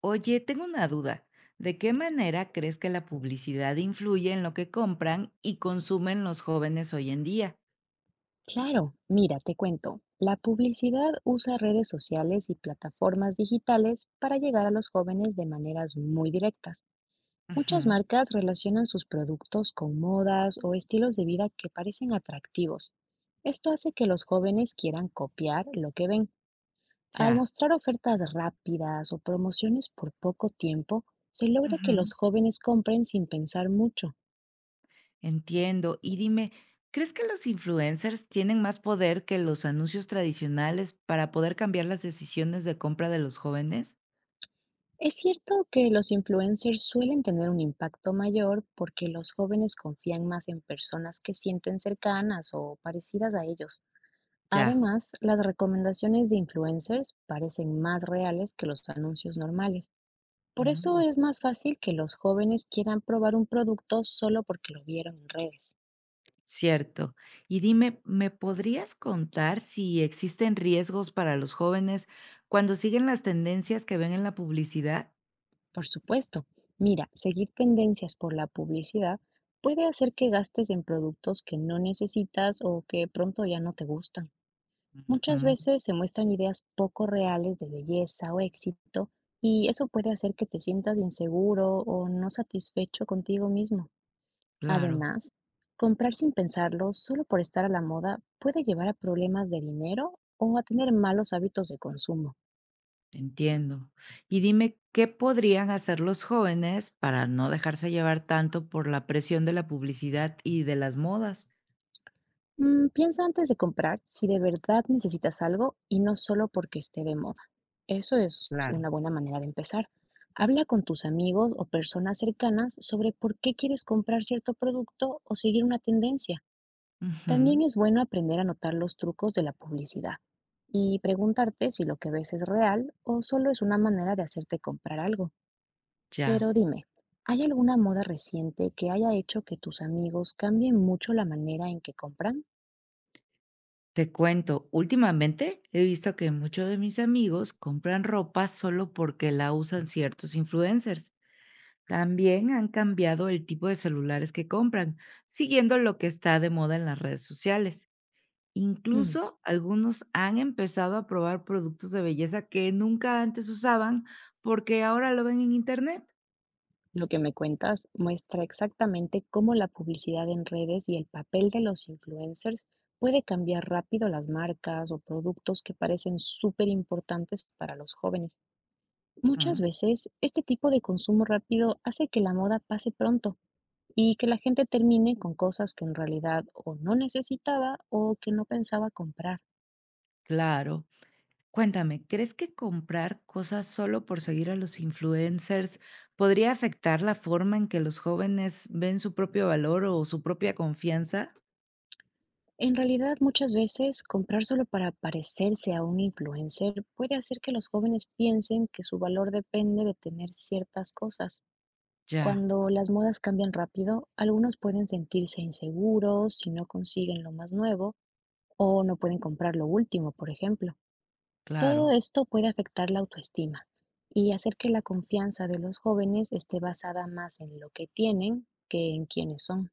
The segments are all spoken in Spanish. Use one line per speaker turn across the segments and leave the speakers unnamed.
Oye, tengo una duda. ¿De qué manera crees que la publicidad influye en lo que compran y consumen los jóvenes hoy en día?
Claro, mira, te cuento. La publicidad usa redes sociales y plataformas digitales para llegar a los jóvenes de maneras muy directas. Muchas
Ujú,
marcas relacionan sus productos con modas o estilos de vida que parecen atractivos. Esto hace que los jóvenes quieran copiar lo que ven. Al
ya.
mostrar ofertas rápidas o promociones por poco tiempo, se logra que
Ujú,
los jóvenes compren sin pensar mucho.
entiendo. Y dime, ¿crees que los influencers tienen más poder que los anuncios tradicionales para poder cambiar las decisiones de compra de los jóvenes?
Es cierto que los influencers suelen tener un impacto mayor porque los jóvenes confían más en personas que sienten cercanas o parecidas a ellos.
Ya.
Además, las recomendaciones de influencers parecen más reales que los anuncios normales. Por eso
Mm,
es más fácil que los jóvenes quieran probar un producto solo porque lo vieron en redes.
cierto. Y dime, ¿me podrías contar si existen riesgos para los jóvenes cuando siguen las tendencias que ven en la publicidad?
Por supuesto, mira, seguir tendencias por la publicidad puede hacer que gastes en productos que no necesitas o que pronto ya no te gustan. Muchas
Ujú,
veces se muestran ideas poco reales de belleza o éxito y eso puede hacer que te sientas inseguro o no satisfecho contigo mismo.
claro,
Además, comprar sin pensarlo solo por estar a la moda puede llevar a problemas de dinero o a tener malos hábitos de consumo.
entiendo. Y dime, ¿qué podrían hacer los jóvenes para no dejarse llevar tanto por la presión de la publicidad y de las modas?
Mm, piensa antes de comprar si de verdad necesitas algo y no solo porque esté de moda. Eso es
Claro.
una buena manera de empezar. Habla con tus amigos o personas cercanas sobre por qué quieres comprar cierto producto o seguir una tendencia. También
Ujú,
es bueno aprender a notar los trucos de la publicidad y preguntarte si lo que ves es real o solo es una manera de hacerte comprar algo.
ya.
Pero dime, ¿hay alguna moda reciente que haya hecho que tus amigos cambien mucho la manera en que compran?
Te cuento, últimamente he visto que muchos de mis amigos compran ropa solo porque la usan ciertos influencers. También han cambiado el tipo de celulares que compran, siguiendo lo que está de moda en las redes sociales.
Hmm.
Incluso algunos han empezado a probar productos de belleza que nunca antes usaban porque ahora lo ven en internet.
Lo que me cuentas muestra exactamente cómo la publicidad en redes y el papel de los influencers puede cambiar rápido las marcas o productos que parecen súper importantes para los jóvenes. Muchas
Mm.
veces este tipo de consumo rápido hace que la moda pase pronto y que la gente termine con cosas que en realidad o no necesitaba o que no pensaba comprar.
Claro. Cuéntame, ¿crees que comprar cosas solo por seguir a los influencers podría afectar la forma en que los jóvenes ven su propio valor o su propia confianza?
En realidad, muchas veces comprar solo para parecerse a un influencer puede hacer que los jóvenes piensen que su valor depende de tener ciertas cosas.
Ya,
Cuando las modas cambian rápido, algunos pueden sentirse inseguros si no consiguen lo más nuevo o no pueden comprar lo último, por ejemplo. Todo
claro,
esto puede afectar la autoestima y hacer que la confianza de los jóvenes esté basada más en lo que tienen que en quiénes son.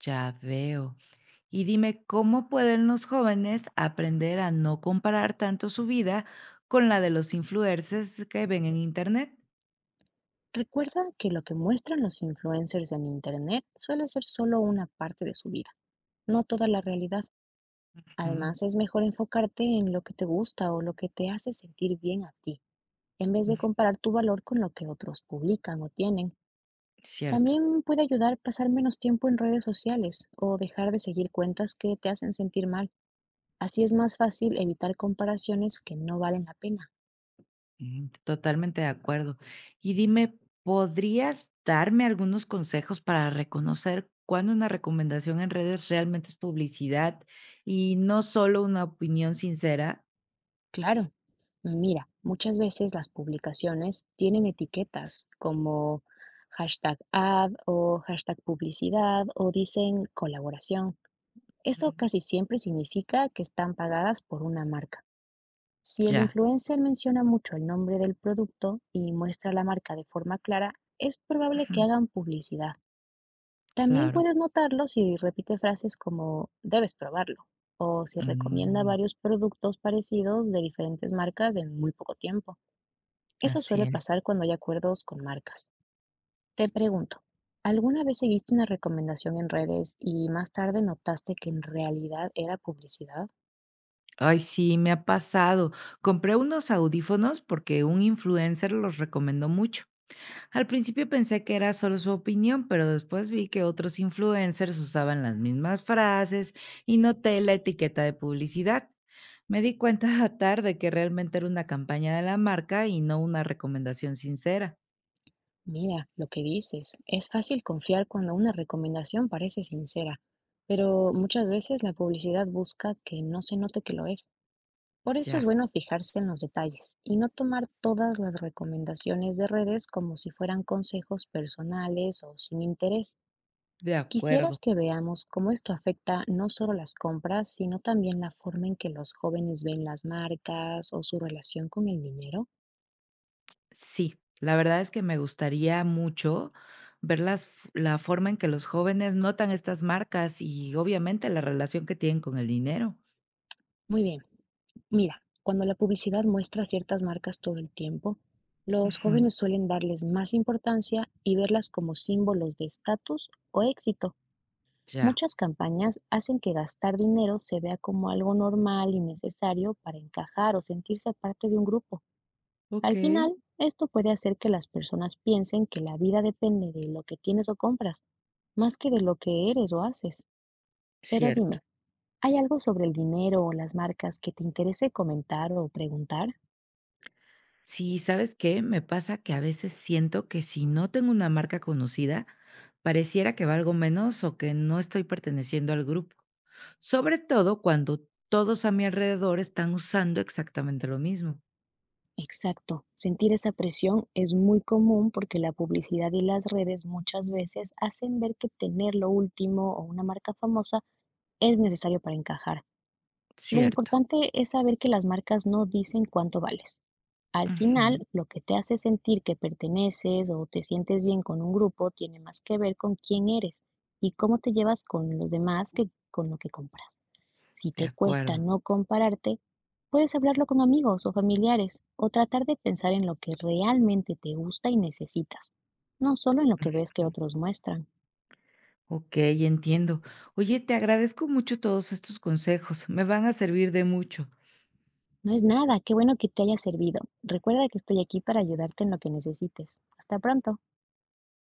ya veo. Y dime, ¿cómo pueden los jóvenes aprender a no comparar tanto su vida con la de los influencers que ven en internet?
Recuerda que lo que muestran los influencers en Internet suele ser solo una parte de su vida, no toda la realidad.
Ujú,
Además, es mejor enfocarte en lo que te gusta o lo que te hace sentir bien a ti, en vez
mm,
de comparar tu valor con lo que otros publican o tienen.
cierto.
También puede ayudar pasar menos tiempo en redes sociales o dejar de seguir cuentas que te hacen sentir mal. Así es más fácil evitar comparaciones que no valen la pena.
Mm, totalmente de acuerdo. Y dime, ¿podrías darme algunos consejos para reconocer cuándo una recomendación en redes realmente es publicidad y no solo una opinión sincera?
Claro, mira, muchas veces las publicaciones tienen etiquetas como hashtag ad o hashtag publicidad o dicen colaboración.
Ujú,
Eso casi siempre significa que están pagadas por una marca. Si el
ya,
influencer menciona mucho el nombre del producto y muestra la marca de forma clara, es probable que
ujú.
hagan publicidad. También
Claro.
puedes notarlo si repite frases como debes probarlo o si recomienda
Mm,
varios productos parecidos de diferentes marcas en muy poco tiempo. Eso
así
suele
es.
pasar cuando hay acuerdos con marcas. Te pregunto, ¿alguna vez seguiste una recomendación en redes y más tarde notaste que en realidad era publicidad?
Ay, sí, me ha pasado. Compré unos audífonos porque un influencer los recomendó mucho. Al principio pensé que era solo su opinión, pero después vi que otros influencers usaban las mismas frases y noté la etiqueta de publicidad. Me di cuenta tarde que realmente era una campaña de la marca y no una recomendación sincera.
Mira, lo que dices, es fácil confiar cuando una recomendación parece sincera, pero muchas veces la publicidad busca que no se note que lo es. Por eso es
Ya,
bueno fijarse en los detalles y no tomar todas las recomendaciones de redes como si fueran consejos personales o sin interés.
de acuerdo.
Quisieras que veamos cómo esto afecta no solo las compras, sino también la forma en que los jóvenes ven las marcas o su relación con el dinero.
Sí, la verdad es que me gustaría mucho ver las f la forma en que los jóvenes notan estas marcas y, obviamente, la relación que tienen con el dinero.
Muy bien, mira, cuando la publicidad muestra ciertas marcas todo el tiempo, los
Ujú.
jóvenes suelen darles más importancia y verlas como símbolos de estatus o éxito.
Ya.
Muchas campañas hacen que gastar dinero se vea como algo normal y necesario para encajar o sentirse parte de un grupo. Al
Okey,
final, esto puede hacer que las personas piensen que la vida depende de lo que tienes o compras, más que de lo que eres o haces. Pero
cierto.
dime, ¿hay algo sobre el dinero o las marcas que te interese comentar o preguntar?
Sí, ¿sabes qué? Me pasa que a veces siento que si no tengo una marca conocida, pareciera que valgo menos o que no estoy perteneciendo al grupo, sobre todo cuando todos a mi alrededor están usando exactamente lo mismo.
Exacto, sentir esa presión es muy común porque la publicidad y las redes muchas veces hacen ver que tener lo último o una marca famosa es necesario para encajar. Lo
Cierto.
importante es saber que las marcas no dicen cuánto vales. Al
Ujú.
final, lo que te hace sentir que perteneces o te sientes bien con un grupo tiene más que ver con quién eres y cómo te llevas con los demás que con lo que compras. Si
De
te cuesta
acuerdo.
no compararte, puedes hablarlo con amigos o familiares o tratar de pensar en lo que realmente te gusta y necesitas, no solo en lo que ves que otros muestran.
Ok, entiendo. Oye, te agradezco mucho todos estos consejos, me van a servir de mucho.
No es nada, qué bueno que te haya servido. Recuerda que estoy aquí para ayudarte en lo que necesites. Hasta pronto.